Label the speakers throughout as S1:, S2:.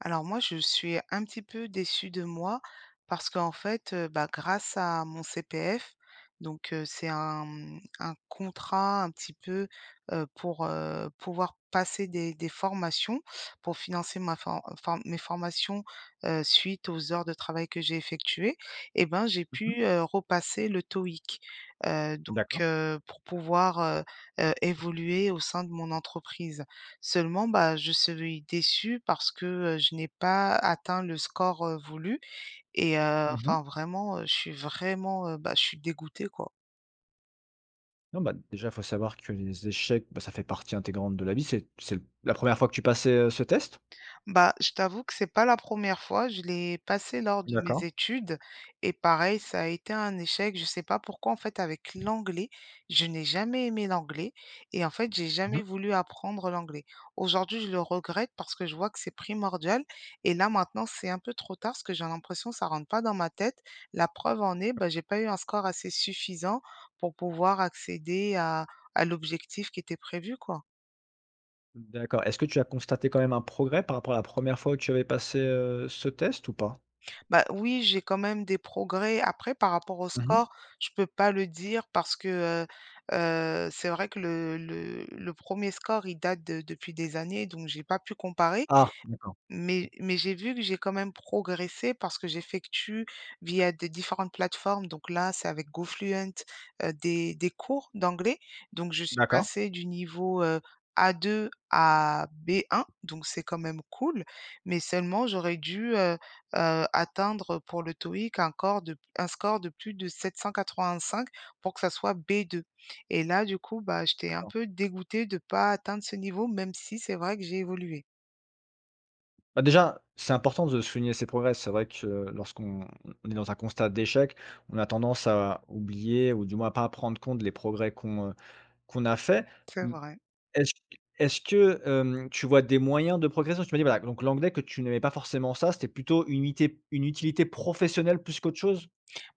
S1: Alors moi, je suis un petit peu déçue de moi parce qu'en fait, bah, grâce à mon CPF, donc c'est un contrat un petit peu, pour, pouvoir passer des formations, pour financer ma for for mes formations, suite aux heures de travail que j'ai effectuées et ben, j'ai
S2: Mmh.
S1: pu, repasser le TOEIC, donc
S2: D'accord.
S1: pour pouvoir, évoluer au sein de mon entreprise. Seulement, bah, je suis déçue parce que, je n'ai pas atteint le score voulu et
S2: Mmh.
S1: enfin vraiment, je suis vraiment, bah, je suis dégoûtée, quoi.
S2: Non, bah, déjà, il faut savoir que les échecs, bah, ça fait partie intégrante de la vie. C'est la première fois que tu passais, ce test?
S1: Bah, je t'avoue que c'est pas la première fois, je l'ai passé lors de mes
S2: D'accord.
S1: études et pareil, ça a été un échec. Je sais pas pourquoi en fait avec l'anglais, je n'ai jamais aimé l'anglais et en fait, j'ai
S2: Mmh.
S1: jamais voulu apprendre l'anglais. Aujourd'hui, je le regrette parce que je vois que c'est primordial et là maintenant, c'est un peu trop tard parce que j'ai l'impression que ça rentre pas dans ma tête. La preuve en est, bah, j'ai pas eu un score assez suffisant pour pouvoir accéder à l'objectif qui était prévu, quoi.
S2: D'accord. Est-ce que tu as constaté quand même un progrès par rapport à la première fois où tu avais passé, ce test ou pas?
S1: Bah, oui, j'ai quand même des progrès. Après, par rapport au
S2: Mmh.
S1: score, je peux pas le dire parce que, c'est vrai que le 1 score, il date de depuis des années, donc j'ai pas pu comparer.
S2: Ah, d'accord.
S1: Mais j'ai vu que j'ai quand même progressé parce que j'effectue via des différentes plateformes, donc là, c'est avec GoFluent, des cours d'anglais. Donc je suis
S2: D'accord,
S1: passée du niveau, A2 à B1, donc c'est quand même cool. Mais seulement j'aurais dû, atteindre pour le TOEIC un score de plus de 785 pour que ça soit B2. Et là, du coup, bah, j'étais un
S2: d'accord.
S1: peu dégoûtée de ne pas atteindre ce niveau, même si c'est vrai que j'ai évolué.
S2: Bah, déjà, c'est important de souligner ses progrès. C'est vrai que lorsqu'on on est dans un constat d'échec, on a tendance à oublier ou du moins à pas prendre compte les progrès qu'on a fait.
S1: C'est
S2: Mmh.
S1: vrai.
S2: Est-ce est-ce que, tu vois des moyens de progression? Tu m'as dit voilà, donc l'anglais que tu n'aimais pas forcément ça, c'était plutôt une utilité professionnelle plus qu'autre chose?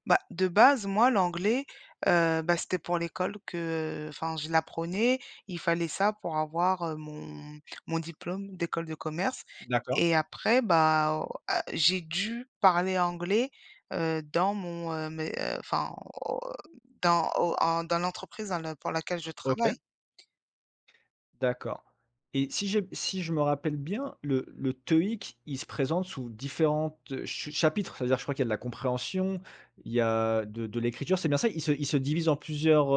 S1: Bah, de base, moi, l'anglais, bah, c'était pour l'école que enfin, je l'apprenais. Il fallait ça pour avoir, mon diplôme d'école de commerce
S2: D'accord,
S1: et après, bah, au à j'ai dû parler anglais, mais, enfin, au dans au en dans l'entreprise dans le pour laquelle je
S2: OK,
S1: travaille.
S2: d'accord. Et si je me rappelle bien, le TOEIC, il se présente sous différentes chapitres. C'est-à-dire, je crois qu'il y a de la compréhension, il y a de l'écriture, c'est bien ça? Il se divise en plusieurs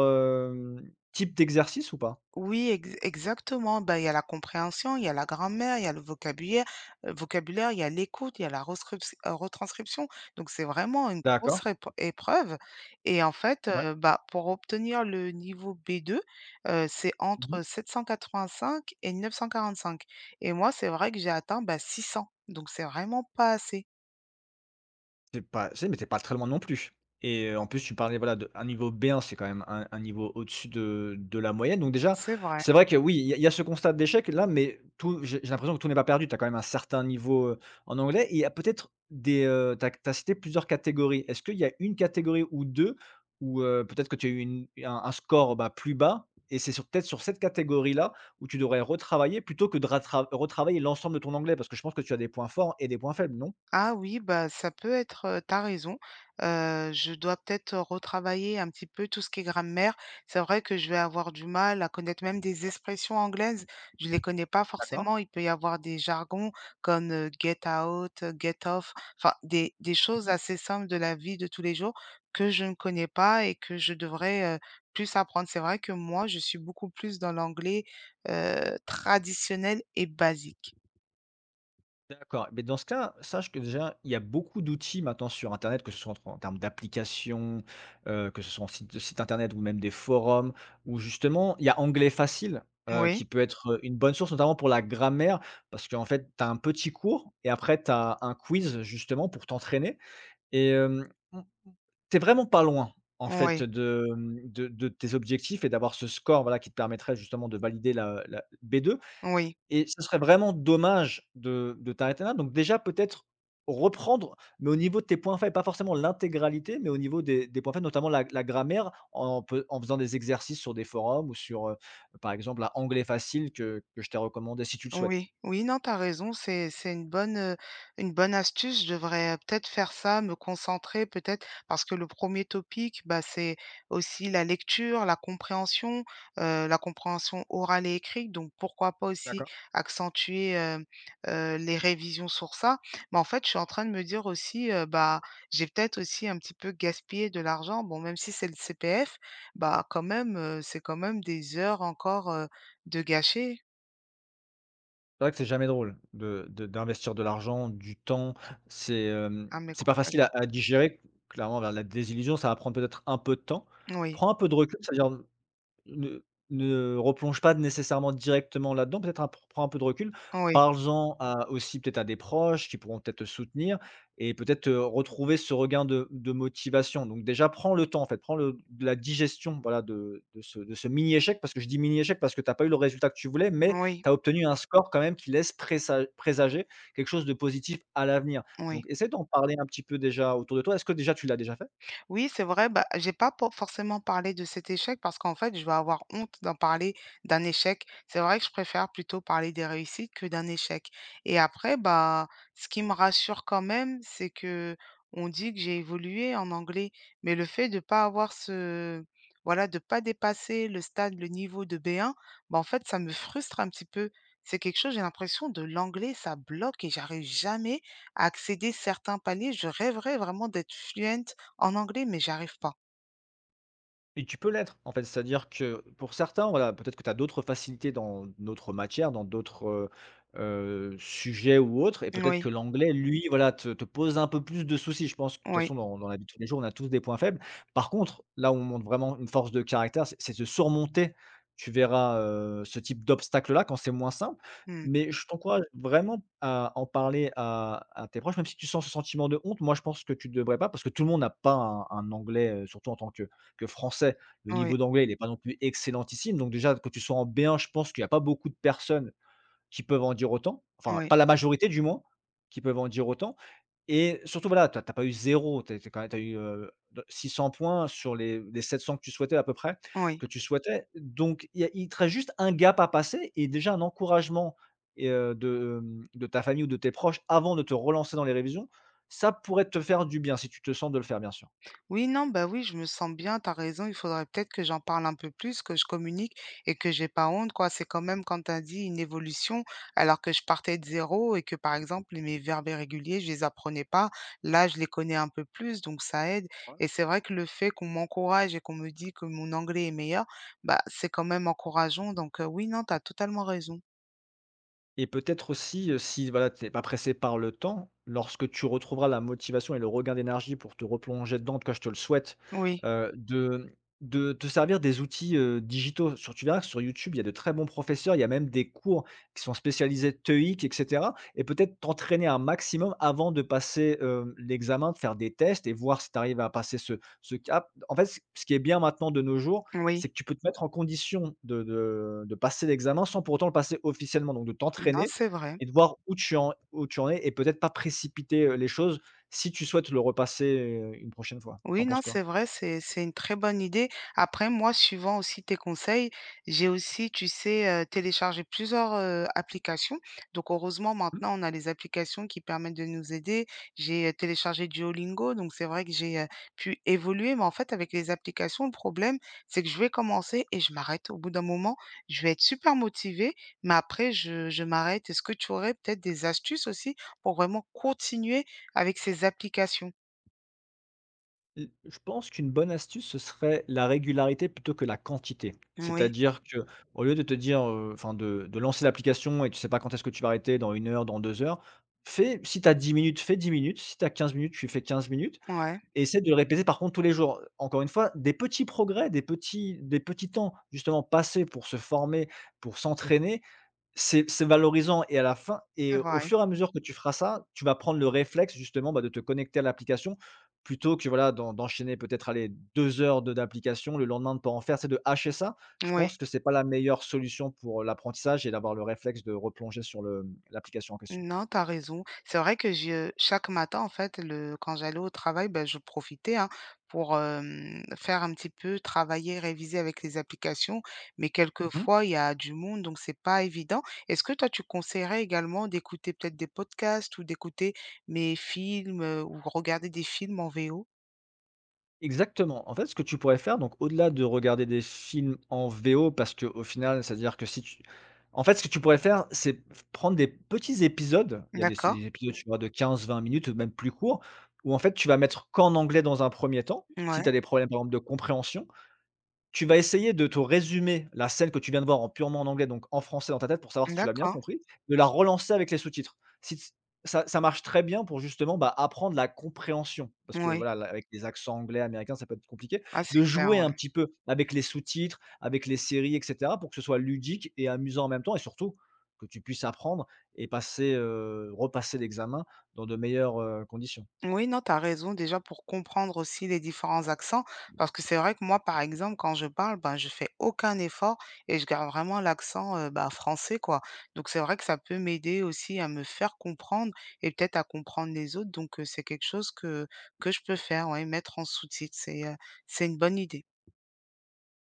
S2: types d'exercices ou pas?
S1: Oui, exactement. Ben, il y a la compréhension, il y a la grammaire, il y a le vocabulaire, il y a l'écoute, il y a la retranscription. Donc, c'est vraiment une grosse
S2: D'accord,
S1: épreuve. Et en fait,
S2: ouais.
S1: bah, pour obtenir le niveau B2, c'est
S2: Mmh.
S1: entre 785 et 945. Et moi, c'est vrai que j'ai atteint bah, 600. Donc, c'est vraiment pas assez.
S2: C'est pas, c'est mais t'es pas très loin non plus et en plus, tu parlais, voilà, d'un niveau B1, c'est quand même un niveau au-dessus de la moyenne, donc déjà,
S1: C'est vrai.
S2: c'est vrai que oui, il y a ce constat d'échec-là, mais tout j'ai l'impression que tout n'est pas perdu. Tu as quand même un certain niveau, en anglais et il y a peut-être des, tu as cité plusieurs catégories. Est-ce qu'il y a une catégorie ou 2 où, peut-être que tu as eu une un score, bah, plus bas et c'est sur peut-être sur cette catégorie-là où tu devrais retravailler plutôt que de rattra retravailler l'ensemble de ton anglais? Parce que je pense que tu as des points forts et des points faibles, non?
S1: Ah oui, bah, ça peut être, tu raison. Je dois peut-être retravailler un petit peu tout ce qui est grammaire. C'est vrai que je vais avoir du mal à connaître même des expressions anglaises. Je les connais pas
S2: D'accord.
S1: forcément. Il peut y avoir des jargons comme, get out, get off, enfin des choses assez simples de la vie de tous les jours que je ne connais pas et que je devrais, plus apprendre. C'est vrai que moi, je suis beaucoup plus dans l'anglais, traditionnel et basique.
S2: D'accord. Mais dans ce cas, sache que déjà, il y a beaucoup d'outils maintenant sur Internet, que ce soit en termes d'applications, que ce soit en site internet ou même des forums, où justement, il y a Anglais Facile,
S1: Oui,
S2: qui peut être, une bonne source, notamment pour la grammaire. Parce qu'en fait, tu as un petit cours et après tu as un quiz justement pour t'entraîner et tu vraiment pas loin, en fait,
S1: oui,
S2: de, mmh, de tes objectifs et d'avoir ce score, voilà, qui te permettrait justement de valider la B2.
S1: oui.
S2: Et ce serait vraiment dommage de t'arrêter là. Donc déjà, peut-être reprendre, mais au niveau de tes points faibles, pas forcément l'intégralité, mais au niveau des points faibles, notamment la grammaire, en faisant des exercices sur des forums ou sur, par exemple, la Anglais facile que je t'ai recommandé si tu le souhaites.
S1: Oui, oui, non, t'as raison, c'est une bonne astuce. Je devrais, peut-être faire ça, me concentrer peut-être parce que le premier topic, bah, c'est aussi la lecture, la compréhension orale et écrite, donc pourquoi pas aussi
S2: D'accord.
S1: accentuer, les révisions sur ça? Mais en fait, je suis en train de me dire aussi, bah, j'ai peut-être aussi un petit peu gaspillé de l'argent. Bon, même si c'est le CPF, bah, quand même, c'est quand même des heures encore, de gâcher.
S2: C'est vrai que c'est jamais drôle de d'investir de l'argent, du temps. C'est, hem,
S1: Ah mais
S2: c'est pas facile à digérer. Clairement, la désillusion, ça va prendre peut-être un peu de temps.
S1: oui,
S2: Prends un peu de recul, c'est-à-dire Ne ne replonge pas nécessairement directement là-dedans, peut-être un prends un peu de recul.
S1: oui,
S2: Parles-en à aussi peut-être à des proches qui pourront peut-être te soutenir et peut-être, retrouver ce regain de motivation. Donc déjà, prends le temps en fait, prends le de la digestion, voilà, de ce mini échec parce que je dis mini échec parce que tu as pas eu le résultat que tu voulais, mais
S1: oui,
S2: tu as obtenu un score quand même qui laisse présager quelque chose de positif à l'avenir. Donc
S1: oui.
S2: essaie d'en parler un petit peu déjà autour de toi. Est-ce que déjà tu l'as déjà fait?
S1: Oui, c'est vrai, bah, j'ai pas po forcément parlé de cet échec parce qu'en fait, je vais avoir honte d'en parler d'un échec. C'est vrai que je préfère plutôt parler des réussites que d'un échec et après, bah, ce qui me rassure quand même, c'est que on dit que j'ai évolué en anglais, mais le fait de pas avoir ce voilà, de pas dépasser le stade, le niveau de B1, bah, en fait, ça me frustre un petit peu. C'est quelque chose, j'ai l'impression de l'anglais, ça bloque et j'arrive jamais à accéder certains paliers. Je rêverais vraiment d'être fluente. En anglais, mais j'arrive pas.
S2: Et tu peux l'être, en fait. C'est-à-dire que pour certains, voilà, peut-être que tu as d'autres facilités dans d'autres matières, dans d'autres, sujets ou autres et peut-être que
S1: Oui,
S2: l'anglais, lui, voilà, te pose un peu plus de soucis. Je pense que de toute
S1: oui,
S2: façon, dans la vie de tous les jours, on a tous des points faibles. Par contre, là où on montre vraiment une force de caractère, c'est de surmonter, tu verras, ce type d'obstacle-là quand c'est moins simple.
S1: mmh,
S2: Mais je t'encourage vraiment à en parler à tes proches, même si tu sens ce sentiment de honte. Moi, je pense que tu ne devrais pas, parce que tout le monde n'a pas un anglais, surtout en tant que français. Le
S1: oui,
S2: niveau d'anglais, il est pas non plus excellentissime. Donc déjà, que tu sois en B1, je pense qu'il y a pas beaucoup de personnes qui peuvent en dire autant. Enfin,
S1: oui,
S2: pas la majorité du moins, qui peuvent en dire autant et surtout, voilà, tu as pas eu zéro, tu as quand même tu as eu, de 600 points sur les 700 que tu souhaitais à peu près,
S1: oui.
S2: que tu souhaitais. Donc il y a il te reste juste un gap à passer et déjà un encouragement et de ta famille ou de tes proches avant de te relancer dans les révisions, ça pourrait te faire du bien si tu te sens de le faire, bien sûr.
S1: Oui, non, bah, oui, je me sens bien, t'as raison, il faudrait peut-être que j'en parle un peu plus, que je communique et que j'ai pas honte, quoi. C'est quand même, quand t'as dit, une évolution, alors que je partais de zéro et que, par exemple, mes verbes irréguliers, je les apprenais pas. Là, je les connais un peu plus, donc ça aide et c'est vrai que le fait qu'on m'encourage et qu'on me dit que mon anglais est meilleur, bah, c'est quand même encourageant, donc oui, non, t'as totalement raison.
S2: Et peut-être aussi, si voilà, tu n'es pas pressé par le temps, lorsque tu retrouveras la motivation et le regain d'énergie pour te replonger dedans, en tout cas je te le souhaite,
S1: Oui,
S2: heu, de de te servir des outils, digitaux. Sur tu verras que sur YouTube, il y a de très bons professeurs, il y a même des cours qui sont spécialisés TOEIC et cetera et peut-être t'entraîner un maximum avant de passer, l'examen, de faire des tests et voir si tu arrives à passer ce cap. En fait, ce qui est bien maintenant de nos jours c'est
S1: oui.
S2: que tu peux te mettre en condition de passer l'examen sans pour autant le passer officiellement, donc de
S1: Non,
S2: t'entraîner
S1: c'est vrai.
S2: et de voir où tu en es et peut-être pas précipiter, les choses si tu souhaites le repasser, une prochaine fois. T'en
S1: Oui,
S2: penses
S1: non,
S2: quoi?
S1: c'est vrai, c'est une très bonne idée. Après, moi, suivant aussi tes conseils, j'ai aussi, tu sais, téléchargé plusieurs, applications. Donc heureusement,
S2: Mmh.
S1: maintenant, on a les applications qui permettent de nous aider. J'ai, téléchargé Duolingo, donc c'est vrai que j'ai, pu évoluer. Mais en fait, avec les applications, le problème, c'est que je vais commencer et je m'arrête. Au bout d'un moment, je vais être super motivée, mais après, je m'arrête. Est-ce que tu aurais peut-être des astuces aussi pour vraiment continuer avec ces applications?
S2: L je pense qu'une bonne astuce, ce serait la régularité plutôt que la quantité.
S1: Oui
S2: C'est-à-dire que au lieu de te dire, enfin de lancer l'application et tu sais pas quand est-ce que tu vas arrêter, dans une heure, dans 2 heures, fais si tu as 10 minutes, fais 10 minutes, si tu as 15 minutes, tu fais 15 minutes.
S1: ouais.
S2: Et essaie de le répéter par contre tous les jours. Encore une fois, des petits progrès, des petits temps justement passés pour se former, pour s'entraîner, c'est valorisant et à la fin et
S1: C'est
S2: au
S1: vrai,
S2: fur et à mesure que tu feras ça, tu vas prendre le réflexe justement, bah, de te connecter à l'application plutôt que voilà d'enchaîner peut-être, aller 2 heures de d'application, le lendemain de ne pas en faire. C'est de hacher ça. Je
S1: oui.
S2: pense que c'est pas la meilleure solution pour l'apprentissage et d'avoir le réflexe de replonger sur le l'application en question.
S1: Non, t'as raison. C'est vrai que je chaque matin, en fait, le quand j'allais au travail, ben je profitais, hein, pour, faire un petit peu travailler, réviser avec les applications, mais
S2: Mmh.
S1: quelquefois, il y a du monde, donc c'est pas évident. Est-ce que toi, tu conseillerais également d'écouter peut-être des podcasts ou d'écouter mes films, ou regarder des films en VO?
S2: Exactement. En fait, ce que tu pourrais faire, donc au-delà de regarder des films en VO, parce que au final, c'est-à-dire que si tu en fait, ce que tu pourrais faire, c'est f prendre des petits épisodes. Il y a des
S1: D'accord,
S2: des épisodes, tu vois, de 15, 20 minutes, ou même plus courts, où en fait, tu vas mettre qu'en anglais dans un premier temps, si tu
S1: ouais,
S2: as des problèmes, par exemple, de compréhension. Tu vas essayer de te résumer la scène que tu viens de voir en purement en anglais, donc en français dans ta tête pour savoir si tu l'as bien
S1: d'accord,
S2: compris, de la relancer avec les sous-titres. Si t ça ça marche très bien pour justement, bah, apprendre la compréhension parce que
S1: oui.
S2: voilà, là, avec les accents anglais, américains, ça peut être compliqué.
S1: Ah, c'est
S2: De
S1: clair,
S2: jouer un
S1: ouais.
S2: petit peu avec les sous-titres, avec les séries et cetera pour que ce soit ludique et amusant en même temps et surtout que tu puisses apprendre et repasser l'examen dans de meilleures, conditions.
S1: Oui, non, tu as raison déjà pour comprendre aussi les différents accents, parce que c'est vrai que moi, par exemple, quand je parle, ben, je fais aucun effort et je garde vraiment l'accent, bah, français, quoi. Donc c'est vrai que ça peut m'aider aussi à me faire comprendre et peut-être à comprendre les autres. Donc, c'est quelque chose que je peux faire, ouais, mettre en sous-titres, c'est une bonne idée.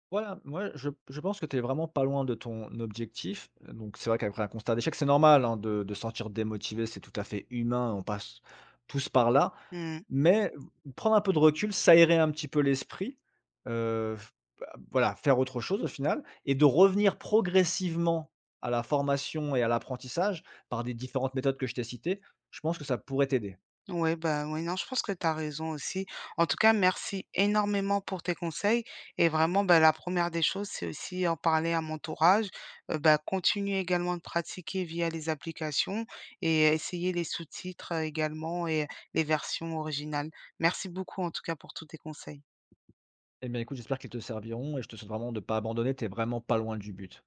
S2: Voilà, moi je pense que tu es vraiment pas loin de ton objectif, donc c'est vrai qu'après un constat d'échec, c'est normal, hein, de se sentir démotivé, c'est tout à fait humain, on passe tous par là.
S1: Mmh.
S2: Mais prendre un peu de recul, s'aérer un petit peu l'esprit, f bah, voilà, faire autre chose au final et de revenir progressivement à la formation et à l'apprentissage par des différentes méthodes que je t'ai citées, je pense que ça pourrait t'aider.
S1: Ouais, bah, ouais, non, je pense que tu as raison aussi. En tout cas, merci énormément pour tes conseils. Et vraiment, bah, la première des choses, c'est aussi en parler à mon entourage. Bah, continuer également de pratiquer via les applications et essayer les sous-titres également et les versions originales. Merci beaucoup, en tout cas, pour tous tes conseils.
S2: Eh bien écoute, j'espère qu'elles te serviront et je te souhaite vraiment de ne pas abandonner, tu es vraiment pas loin du but.